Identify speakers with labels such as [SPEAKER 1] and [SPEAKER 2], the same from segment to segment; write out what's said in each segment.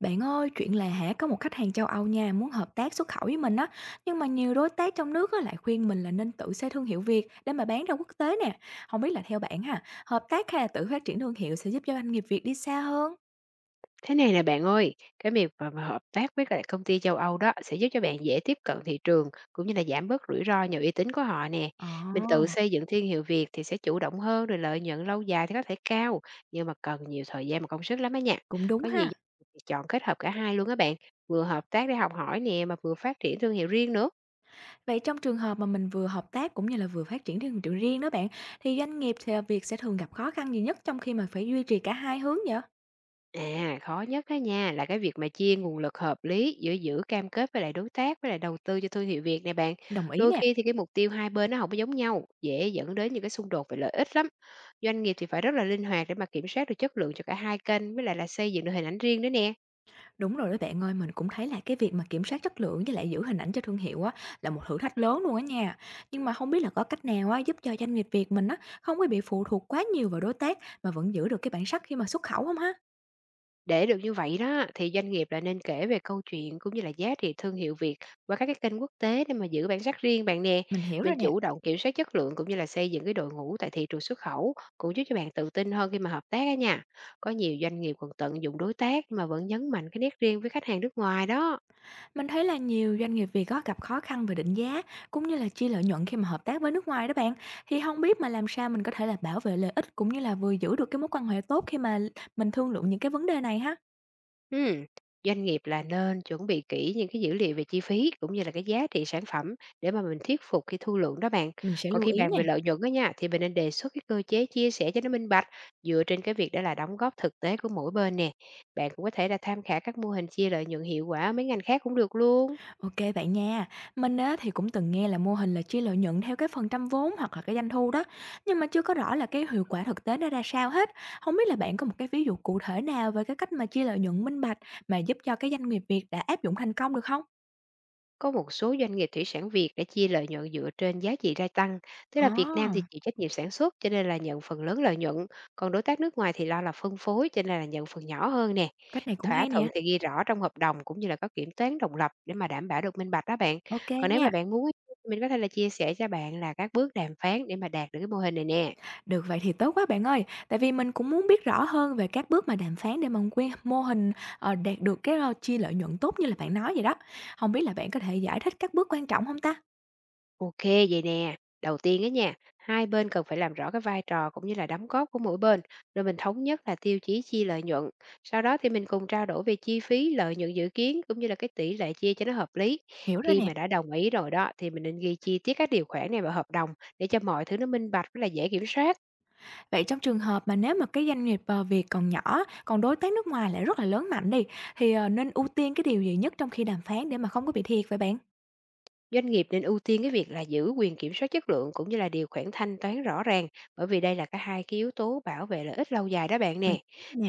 [SPEAKER 1] Bạn ơi, chuyện là hả có một khách hàng châu Âu nha muốn hợp tác xuất khẩu với mình á, nhưng mà nhiều đối tác trong nước á lại khuyên mình là nên tự xây thương hiệu Việt để mà bán ra quốc tế nè. Không biết là theo bạn ha, hợp tác hay là tự phát triển thương hiệu sẽ giúp cho doanh nghiệp Việt đi xa hơn?
[SPEAKER 2] Thế này nè bạn ơi, cái việc mà hợp tác với lại công ty châu Âu đó sẽ giúp cho bạn dễ tiếp cận thị trường cũng như là giảm bớt rủi ro nhờ uy tín của họ nè. Mình tự
[SPEAKER 1] Ồ,
[SPEAKER 2] xây dựng thương hiệu Việt thì sẽ chủ động hơn rồi lợi nhuận lâu dài thì có thể cao, nhưng mà cần nhiều thời gian và công sức lắm á nha.
[SPEAKER 1] cũng đúng
[SPEAKER 2] Có nhiều
[SPEAKER 1] ha.
[SPEAKER 2] doanh nghiệp thì chọn kết hợp cả hai luôn á bạn, vừa hợp tác để học hỏi nè mà vừa phát triển thương hiệu riêng nữa.
[SPEAKER 1] Vậy trong trường hợp mà mình vừa hợp tác cũng như là vừa phát triển thương hiệu riêng đó bạn, thì doanh nghiệp thì Việt sẽ thường gặp khó khăn gì nhất trong khi mà phải duy trì cả hai hướng vậy?
[SPEAKER 2] À, khó nhất đó nha, là cái việc mà chia nguồn lực hợp lý giữa giữ cam kết với lại đối tác với lại đầu tư cho thương hiệu Việt này bạn.
[SPEAKER 1] Đồng ý
[SPEAKER 2] Đôi
[SPEAKER 1] nè.
[SPEAKER 2] khi thì cái mục tiêu hai bên nó không có giống nhau, dễ dẫn đến những cái xung đột về lợi ích lắm. Doanh nghiệp thì phải rất là linh hoạt để mà kiểm soát được chất lượng cho cả hai kênh với lại là xây dựng được hình ảnh riêng nữa nè.
[SPEAKER 1] Đúng rồi đó bạn ơi, mình cũng thấy là cái việc mà kiểm soát chất lượng với lại giữ hình ảnh cho thương hiệu á là một thử thách lớn luôn á nha. Nhưng mà không biết là có cách nào á giúp cho doanh nghiệp Việt mình á không có bị phụ thuộc quá nhiều vào đối tác mà vẫn giữ được cái bản sắc khi mà xuất khẩu không ha?
[SPEAKER 2] Để được như vậy đó thì doanh nghiệp là nên kể về câu chuyện cũng như là giá trị thương hiệu Việt qua các cái kênh quốc tế để mà giữ bản sắc riêng bạn nè.
[SPEAKER 1] Mình hiểu
[SPEAKER 2] Mình
[SPEAKER 1] rồi nè.
[SPEAKER 2] chủ động kiểm soát chất lượng cũng như là xây dựng cái đội ngũ tại thị trường xuất khẩu cũng giúp cho bạn tự tin hơn khi mà hợp tác á nha. Có nhiều doanh nghiệp còn tận dụng đối tác mà vẫn nhấn mạnh cái nét riêng với khách hàng nước ngoài đó.
[SPEAKER 1] Mình thấy là nhiều doanh nghiệp Việt có gặp khó khăn về định giá cũng như là chia lợi nhuận khi mà hợp tác với nước ngoài đó bạn. Thì không biết mà làm sao mình có thể là bảo vệ lợi ích cũng như là vừa giữ được cái mối quan hệ tốt khi mà mình thương lượng những cái vấn đề này ha.
[SPEAKER 2] Ừm, Doanh nghiệp là nên chuẩn bị kỹ những cái dữ liệu về chi phí cũng như là cái giá trị sản phẩm để mà mình thuyết phục khi thu lượng đó bạn.
[SPEAKER 1] Mình sẽ
[SPEAKER 2] Còn
[SPEAKER 1] lưu
[SPEAKER 2] khi
[SPEAKER 1] ý
[SPEAKER 2] bàn
[SPEAKER 1] nè.
[SPEAKER 2] về lợi nhuận đó nha thì mình nên đề xuất cái cơ chế chia sẻ cho nó minh bạch dựa trên cái việc đó là đóng góp thực tế của mỗi bên nè. Bạn cũng có thể là tham khảo các mô hình chia lợi nhuận hiệu quả ở mấy ngành khác cũng được luôn.
[SPEAKER 1] OK bạn nha. Mình á thì cũng từng nghe là mô hình là chia lợi nhuận theo cái phần trăm vốn hoặc là cái doanh thu đó, nhưng mà chưa có rõ là cái hiệu quả thực tế nó ra sao hết. Không biết là bạn có một cái ví dụ cụ thể nào về cái cách mà chia lợi nhuận minh bạch mà giúp cho cái doanh nghiệp Việt đã áp dụng thành công được không?
[SPEAKER 2] Có một số doanh nghiệp thủy sản Việt đã chia lợi nhuận dựa trên giá trị gia tăng, tức là Việt Nam thì
[SPEAKER 1] À,
[SPEAKER 2] chịu trách nhiệm sản xuất cho nên là nhận phần lớn lợi nhuận, còn đối tác nước ngoài thì lo là phân phối cho nên là nhận phần nhỏ hơn nè.
[SPEAKER 1] cách này cũng
[SPEAKER 2] Thỏa
[SPEAKER 1] hay
[SPEAKER 2] thuận
[SPEAKER 1] nè.
[SPEAKER 2] thì ghi rõ trong hợp đồng cũng như là có kiểm toán độc lập để mà đảm bảo được minh bạch đó bạn.
[SPEAKER 1] OK
[SPEAKER 2] Còn nếu mà
[SPEAKER 1] nha.
[SPEAKER 2] bạn muốn á, mình có thể là chia sẻ cho bạn là các bước đàm phán để mà đạt được cái mô hình này nè.
[SPEAKER 1] Được vậy thì tốt quá bạn ơi, tại vì mình cũng muốn biết rõ hơn về các bước mà đàm phán để mà quy mô hình, đạt được cái, chia lợi nhuận tốt như là bạn nói vậy đó. Không biết là bạn có thể giải thích các bước quan trọng không ta?
[SPEAKER 2] Ok, vậy nè. Đầu tiên á nha, hai bên cần phải làm rõ cái vai trò cũng như là đóng góp của mỗi bên, rồi mình thống nhất là tiêu chí chia lợi nhuận. Sau đó thì mình cùng trao đổi về chi phí, lợi nhuận dự kiến cũng như là cái tỷ lệ chia cho nó hợp lý.
[SPEAKER 1] Hiểu rồi
[SPEAKER 2] Khi
[SPEAKER 1] nè.
[SPEAKER 2] mà đã đồng ý rồi đó thì mình nên ghi chi tiết các điều khoản này vào hợp đồng để cho mọi thứ nó minh bạch với là dễ kiểm soát.
[SPEAKER 1] Vậy trong trường hợp mà nếu mà cái doanh nghiệp, Việt còn nhỏ, còn đối tác nước ngoài lại rất là lớn mạnh đi, thì, nên ưu tiên cái điều gì nhất trong khi đàm phán để mà không có bị thiệt vậy bạn?
[SPEAKER 2] Doanh nghiệp nên ưu tiên cái việc là giữ quyền kiểm soát chất lượng cũng như là điều khoản thanh toán rõ ràng, bởi vì đây là cả hai cái yếu tố bảo vệ lợi ích lâu dài đó bạn
[SPEAKER 1] Mình
[SPEAKER 2] nè.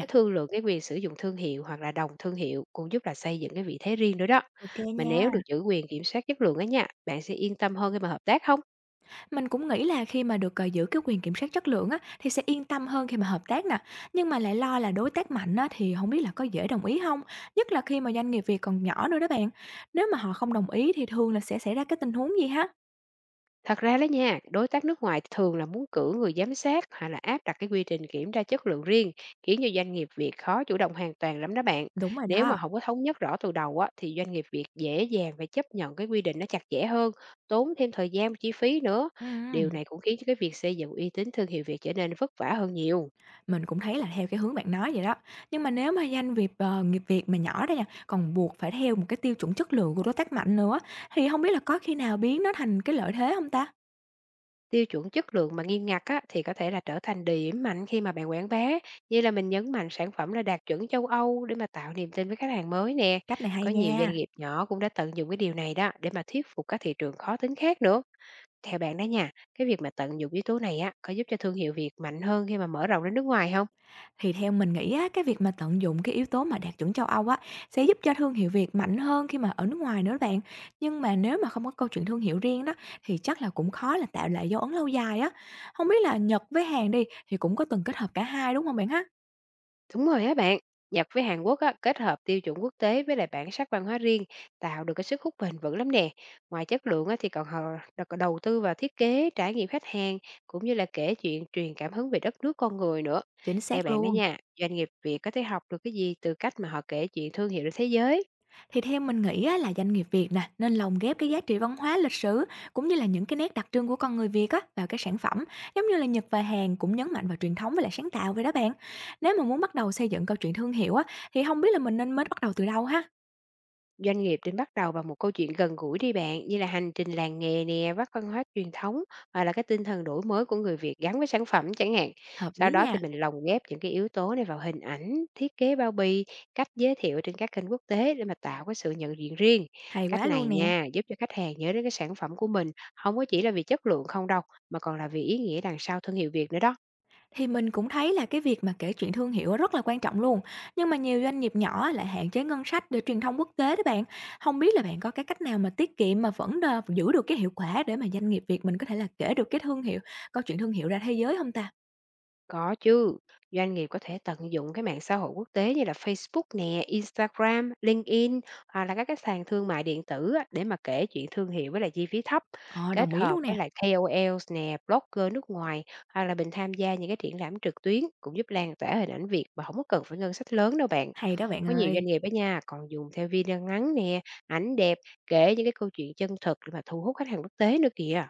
[SPEAKER 2] Cứ thương lượng cái quyền sử dụng thương hiệu hoặc là đồng thương hiệu cũng giúp là xây dựng cái vị thế riêng nữa đó.
[SPEAKER 1] Ok
[SPEAKER 2] Mà nếu được
[SPEAKER 1] nha.
[SPEAKER 2] giữ quyền kiểm soát chất lượng á nha, bạn sẽ yên tâm hơn khi mà hợp tác không?
[SPEAKER 1] Mình cũng nghĩ là khi mà được, giữ cái quyền kiểm soát chất lượng á, thì sẽ yên tâm hơn khi mà hợp tác nè, nhưng mà lại lo là đối tác mạnh á, thì không biết là có dễ đồng ý không. Nhất là khi mà doanh nghiệp Việt còn nhỏ nữa đó bạn. Nếu mà họ không đồng ý thì thường là sẽ xảy ra cái tình huống gì ha?
[SPEAKER 2] Thật ra đó nha, đối tác nước ngoài thường là muốn cử người giám sát hay là áp đặt cái quy trình kiểm tra chất lượng riêng, khiến cho doanh nghiệp Việt khó chủ động hoàn toàn lắm đó bạn.
[SPEAKER 1] Đúng rồi
[SPEAKER 2] Nếu mà
[SPEAKER 1] đó.
[SPEAKER 2] không có thống nhất rõ từ đầu á, thì doanh nghiệp Việt dễ dàng phải chấp nhận cái quy định nó chặt chẽ hơn, tốn thêm thời gian và chi phí nữa.
[SPEAKER 1] Ừ.
[SPEAKER 2] Điều này cũng khiến cho cái việc xây dựng uy tín thương hiệu Việt trở nên vất vả hơn nhiều.
[SPEAKER 1] Mình cũng thấy là theo cái hướng bạn nói vậy đó. Nhưng mà nếu mà doanh nghiệp, nghiệp Việt mà nhỏ đó nha, còn buộc phải theo một cái tiêu chuẩn chất lượng của đối tác mạnh nữa, thì không biết là có khi nào biến nó thành cái lợi thế không ta?
[SPEAKER 2] Tiêu chuẩn chất lượng mà nghiêm ngặt á, thì có thể là trở thành điểm mạnh khi mà bạn quảng bá, như là mình nhấn mạnh sản phẩm là đạt chuẩn châu Âu để mà tạo niềm tin với khách hàng mới nè.
[SPEAKER 1] Cách này hay
[SPEAKER 2] Có nhiều doanh
[SPEAKER 1] nha.
[SPEAKER 2] nghiệp nhỏ cũng đã tận dụng cái điều này đó để mà thuyết phục các thị trường khó tính khác nữa. Theo bạn đó nha, cái việc mà tận dụng yếu tố này á, có giúp cho thương hiệu Việt mạnh hơn khi mà mở rộng đến nước ngoài không?
[SPEAKER 1] Thì theo mình nghĩ á, cái việc mà tận dụng cái yếu tố mà đạt chuẩn châu Âu á, sẽ giúp cho thương hiệu Việt mạnh hơn khi mà ở nước ngoài nữa bạn. Nhưng mà nếu mà không có câu chuyện thương hiệu riêng đó, thì chắc là cũng khó là tạo lại dấu ấn lâu dài á. Không biết là Nhật với Hàn đi, thì cũng có từng kết hợp cả hai, đúng không bạn ha?
[SPEAKER 2] Đúng rồi á bạn, Nhật với Hàn Quốc á, kết hợp tiêu chuẩn quốc tế với lại bản sắc văn hóa riêng tạo được cái sức hút bền vững lắm nè. Ngoài chất lượng á, thì còn họ đã có đầu tư vào thiết kế, trải nghiệm khách hàng cũng như là kể chuyện truyền cảm hứng về đất nước con người nữa.
[SPEAKER 1] Chính
[SPEAKER 2] Theo
[SPEAKER 1] xác
[SPEAKER 2] bạn đó
[SPEAKER 1] luôn.
[SPEAKER 2] nha, doanh nghiệp Việt có thể học được cái gì từ cách mà họ kể chuyện thương hiệu ra thế giới?
[SPEAKER 1] Thì theo mình nghĩ á, là doanh nghiệp Việt nè nên lồng ghép cái giá trị văn hóa, lịch sử cũng như là những cái nét đặc trưng của con người Việt á vào cái sản phẩm, giống như là Nhật và Hàn cũng nhấn mạnh vào truyền thống với lại sáng tạo vậy đó bạn. Nếu mà muốn bắt đầu xây dựng câu chuyện thương hiệu á thì không biết là mình nên mới bắt đầu từ đâu ha?
[SPEAKER 2] Doanh nghiệp nên bắt đầu bằng một câu chuyện gần gũi đi bạn, như là hành trình làng nghề nè, vắt văn hóa truyền thống hoặc là cái tinh thần đổi mới của người Việt gắn với sản phẩm chẳng hạn.
[SPEAKER 1] Hợp
[SPEAKER 2] Sau
[SPEAKER 1] lý
[SPEAKER 2] đó thì
[SPEAKER 1] nha,
[SPEAKER 2] mình lồng ghép những cái yếu tố này vào hình ảnh, thiết kế bao bì, cách giới thiệu trên các kênh quốc tế để mà tạo cái sự nhận diện riêng.
[SPEAKER 1] hay
[SPEAKER 2] Cách
[SPEAKER 1] quá luôn
[SPEAKER 2] này
[SPEAKER 1] nè.
[SPEAKER 2] nha, giúp cho khách hàng nhớ đến cái sản phẩm của mình, không có chỉ là vì chất lượng không đâu, mà còn là vì ý nghĩa đằng sau thương hiệu Việt nữa đó.
[SPEAKER 1] Thì mình cũng thấy là cái việc mà kể chuyện thương hiệu rất là quan trọng luôn, nhưng mà nhiều doanh nghiệp nhỏ lại hạn chế ngân sách để truyền thông quốc tế đó bạn. Không biết là bạn có cái cách nào mà tiết kiệm mà vẫn đ giữ được cái hiệu quả để mà doanh nghiệp Việt mình có thể là kể được cái thương hiệu câu chuyện thương hiệu ra thế giới không ta?
[SPEAKER 2] Có chứ, doanh nghiệp có thể tận dụng cái mạng xã hội quốc tế như là Facebook nè, Instagram, LinkedIn hoặc là các cái sàn thương mại điện tử á, để mà kể chuyện thương hiệu với lại chi phí thấp,
[SPEAKER 1] Ờ,
[SPEAKER 2] kết
[SPEAKER 1] đồng ý
[SPEAKER 2] hợp
[SPEAKER 1] luôn
[SPEAKER 2] với
[SPEAKER 1] nè,
[SPEAKER 2] lại KOLs nè, blogger nước ngoài hoặc là mình tham gia những cái triển lãm trực tuyến cũng giúp lan tỏa hình ảnh Việt mà không có cần phải ngân sách lớn đâu bạn.
[SPEAKER 1] hay đó bạn
[SPEAKER 2] Có nhiều
[SPEAKER 1] ơi.
[SPEAKER 2] doanh nghiệp đó nha, còn dùng theo video ngắn nè, ảnh đẹp, kể những cái câu chuyện chân thực để mà thu hút khách hàng quốc tế nữa kìa.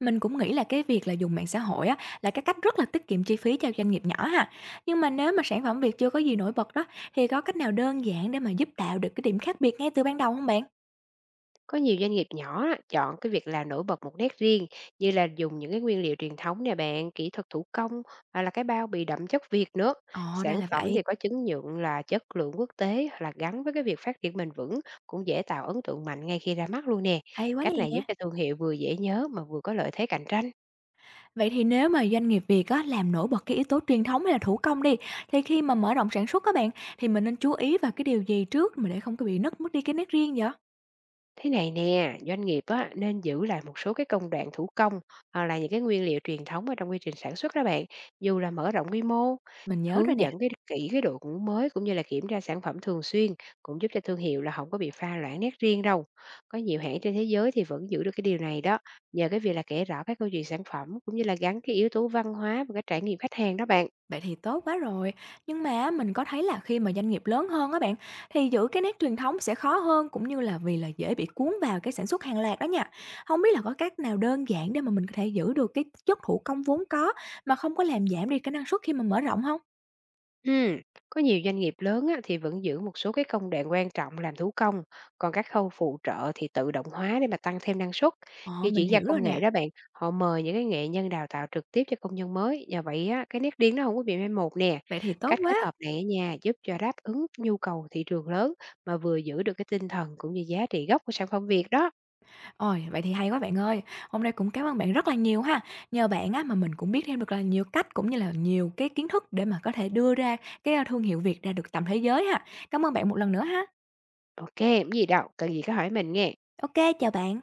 [SPEAKER 1] Mình cũng nghĩ là cái việc là dùng mạng xã hội á là cái cách rất là tiết kiệm chi phí cho doanh nghiệp nhỏ ha. Nhưng mà nếu mà sản phẩm Việt chưa có gì nổi bật đó, thì có cách nào đơn giản để mà giúp tạo được cái điểm khác biệt ngay từ ban đầu không bạn?
[SPEAKER 2] Có nhiều doanh nghiệp nhỏ á, chọn cái việc làm nổi bật một nét riêng như là dùng những cái nguyên liệu truyền thống nè bạn, kỹ thuật thủ công hoặc là cái bao bì đậm chất Việt nữa.
[SPEAKER 1] Ồ, ra
[SPEAKER 2] Sản
[SPEAKER 1] là
[SPEAKER 2] phẩm
[SPEAKER 1] vậy,
[SPEAKER 2] thì có chứng nhận là chất lượng quốc tế hoặc là gắn với cái việc phát triển bền vững cũng dễ tạo ấn tượng mạnh ngay khi ra mắt luôn nè.
[SPEAKER 1] hay quá
[SPEAKER 2] Cách này giúp
[SPEAKER 1] nè.
[SPEAKER 2] cho thương hiệu vừa dễ nhớ mà vừa có lợi thế cạnh tranh.
[SPEAKER 1] Vậy thì nếu mà doanh nghiệp Việt á, làm nổi bật cái yếu tố truyền thống hay là thủ công đi, thì khi mà mở rộng sản xuất các bạn, thì mình nên chú ý vào cái điều gì trước mà để không có bị nứt mất đi cái nét riêng vậy?
[SPEAKER 2] Thế này nè, doanh nghiệp á, nên giữ lại một số cái công đoạn thủ công hoặc là những cái nguyên liệu truyền thống ở trong quy trình sản xuất đó bạn, dù là mở rộng quy mô,
[SPEAKER 1] Mình nhớ rồi
[SPEAKER 2] hướng
[SPEAKER 1] nè,
[SPEAKER 2] dẫn cái kỹ cái đội ngũ mới cũng như là kiểm tra sản phẩm thường xuyên cũng giúp cho thương hiệu là không có bị pha loãng nét riêng đâu. Có nhiều hãng trên thế giới thì vẫn giữ được cái điều này đó, nhờ cái việc là kể rõ các câu chuyện sản phẩm cũng như là gắn cái yếu tố văn hóa và cái trải nghiệm khách hàng đó bạn.
[SPEAKER 1] vậy thì tốt quá rồi. Nhưng mà mình có thấy là khi mà doanh nghiệp lớn hơn á bạn, thì giữ cái nét truyền thống sẽ khó hơn cũng như là vì là dễ bị cuốn vào cái sản xuất hàng loạt đó nha. Không biết là có cách nào đơn giản để mà mình có thể giữ được cái chất thủ công vốn có mà không có làm giảm đi cái năng suất khi mà mở rộng không?
[SPEAKER 2] Ừm, có nhiều doanh nghiệp lớn á, thì vẫn giữ một số cái công đoạn quan trọng làm thủ công, còn các khâu phụ trợ thì tự động hóa để mà tăng thêm năng suất.
[SPEAKER 1] Ồ,
[SPEAKER 2] Khi
[SPEAKER 1] mình
[SPEAKER 2] chuyển giao
[SPEAKER 1] hiểu rồi
[SPEAKER 2] công
[SPEAKER 1] nè.
[SPEAKER 2] nghệ đó bạn, họ mời những cái nghệ nhân đào tạo trực tiếp cho công nhân mới, nhờ vậy á, cái nét riêng nó không có bị mai một nè.
[SPEAKER 1] Vậy thì tốt
[SPEAKER 2] Cách kết
[SPEAKER 1] quá.
[SPEAKER 2] hợp này ở nhà giúp cho đáp ứng nhu cầu thị trường lớn mà vừa giữ được cái tinh thần cũng như giá trị gốc của sản phẩm Việt đó.
[SPEAKER 1] Ôi, vậy thì hay quá bạn ơi. Hôm nay cũng cảm ơn bạn rất là nhiều ha. Nhờ bạn á mà mình cũng biết thêm được là nhiều cách cũng như là nhiều cái kiến thức để mà có thể đưa ra cái, thương hiệu Việt ra được tầm thế giới ha. Cảm ơn bạn một lần nữa ha.
[SPEAKER 2] Ok, không gì đâu, cần gì cứ hỏi mình nghe.
[SPEAKER 1] Ok, chào bạn.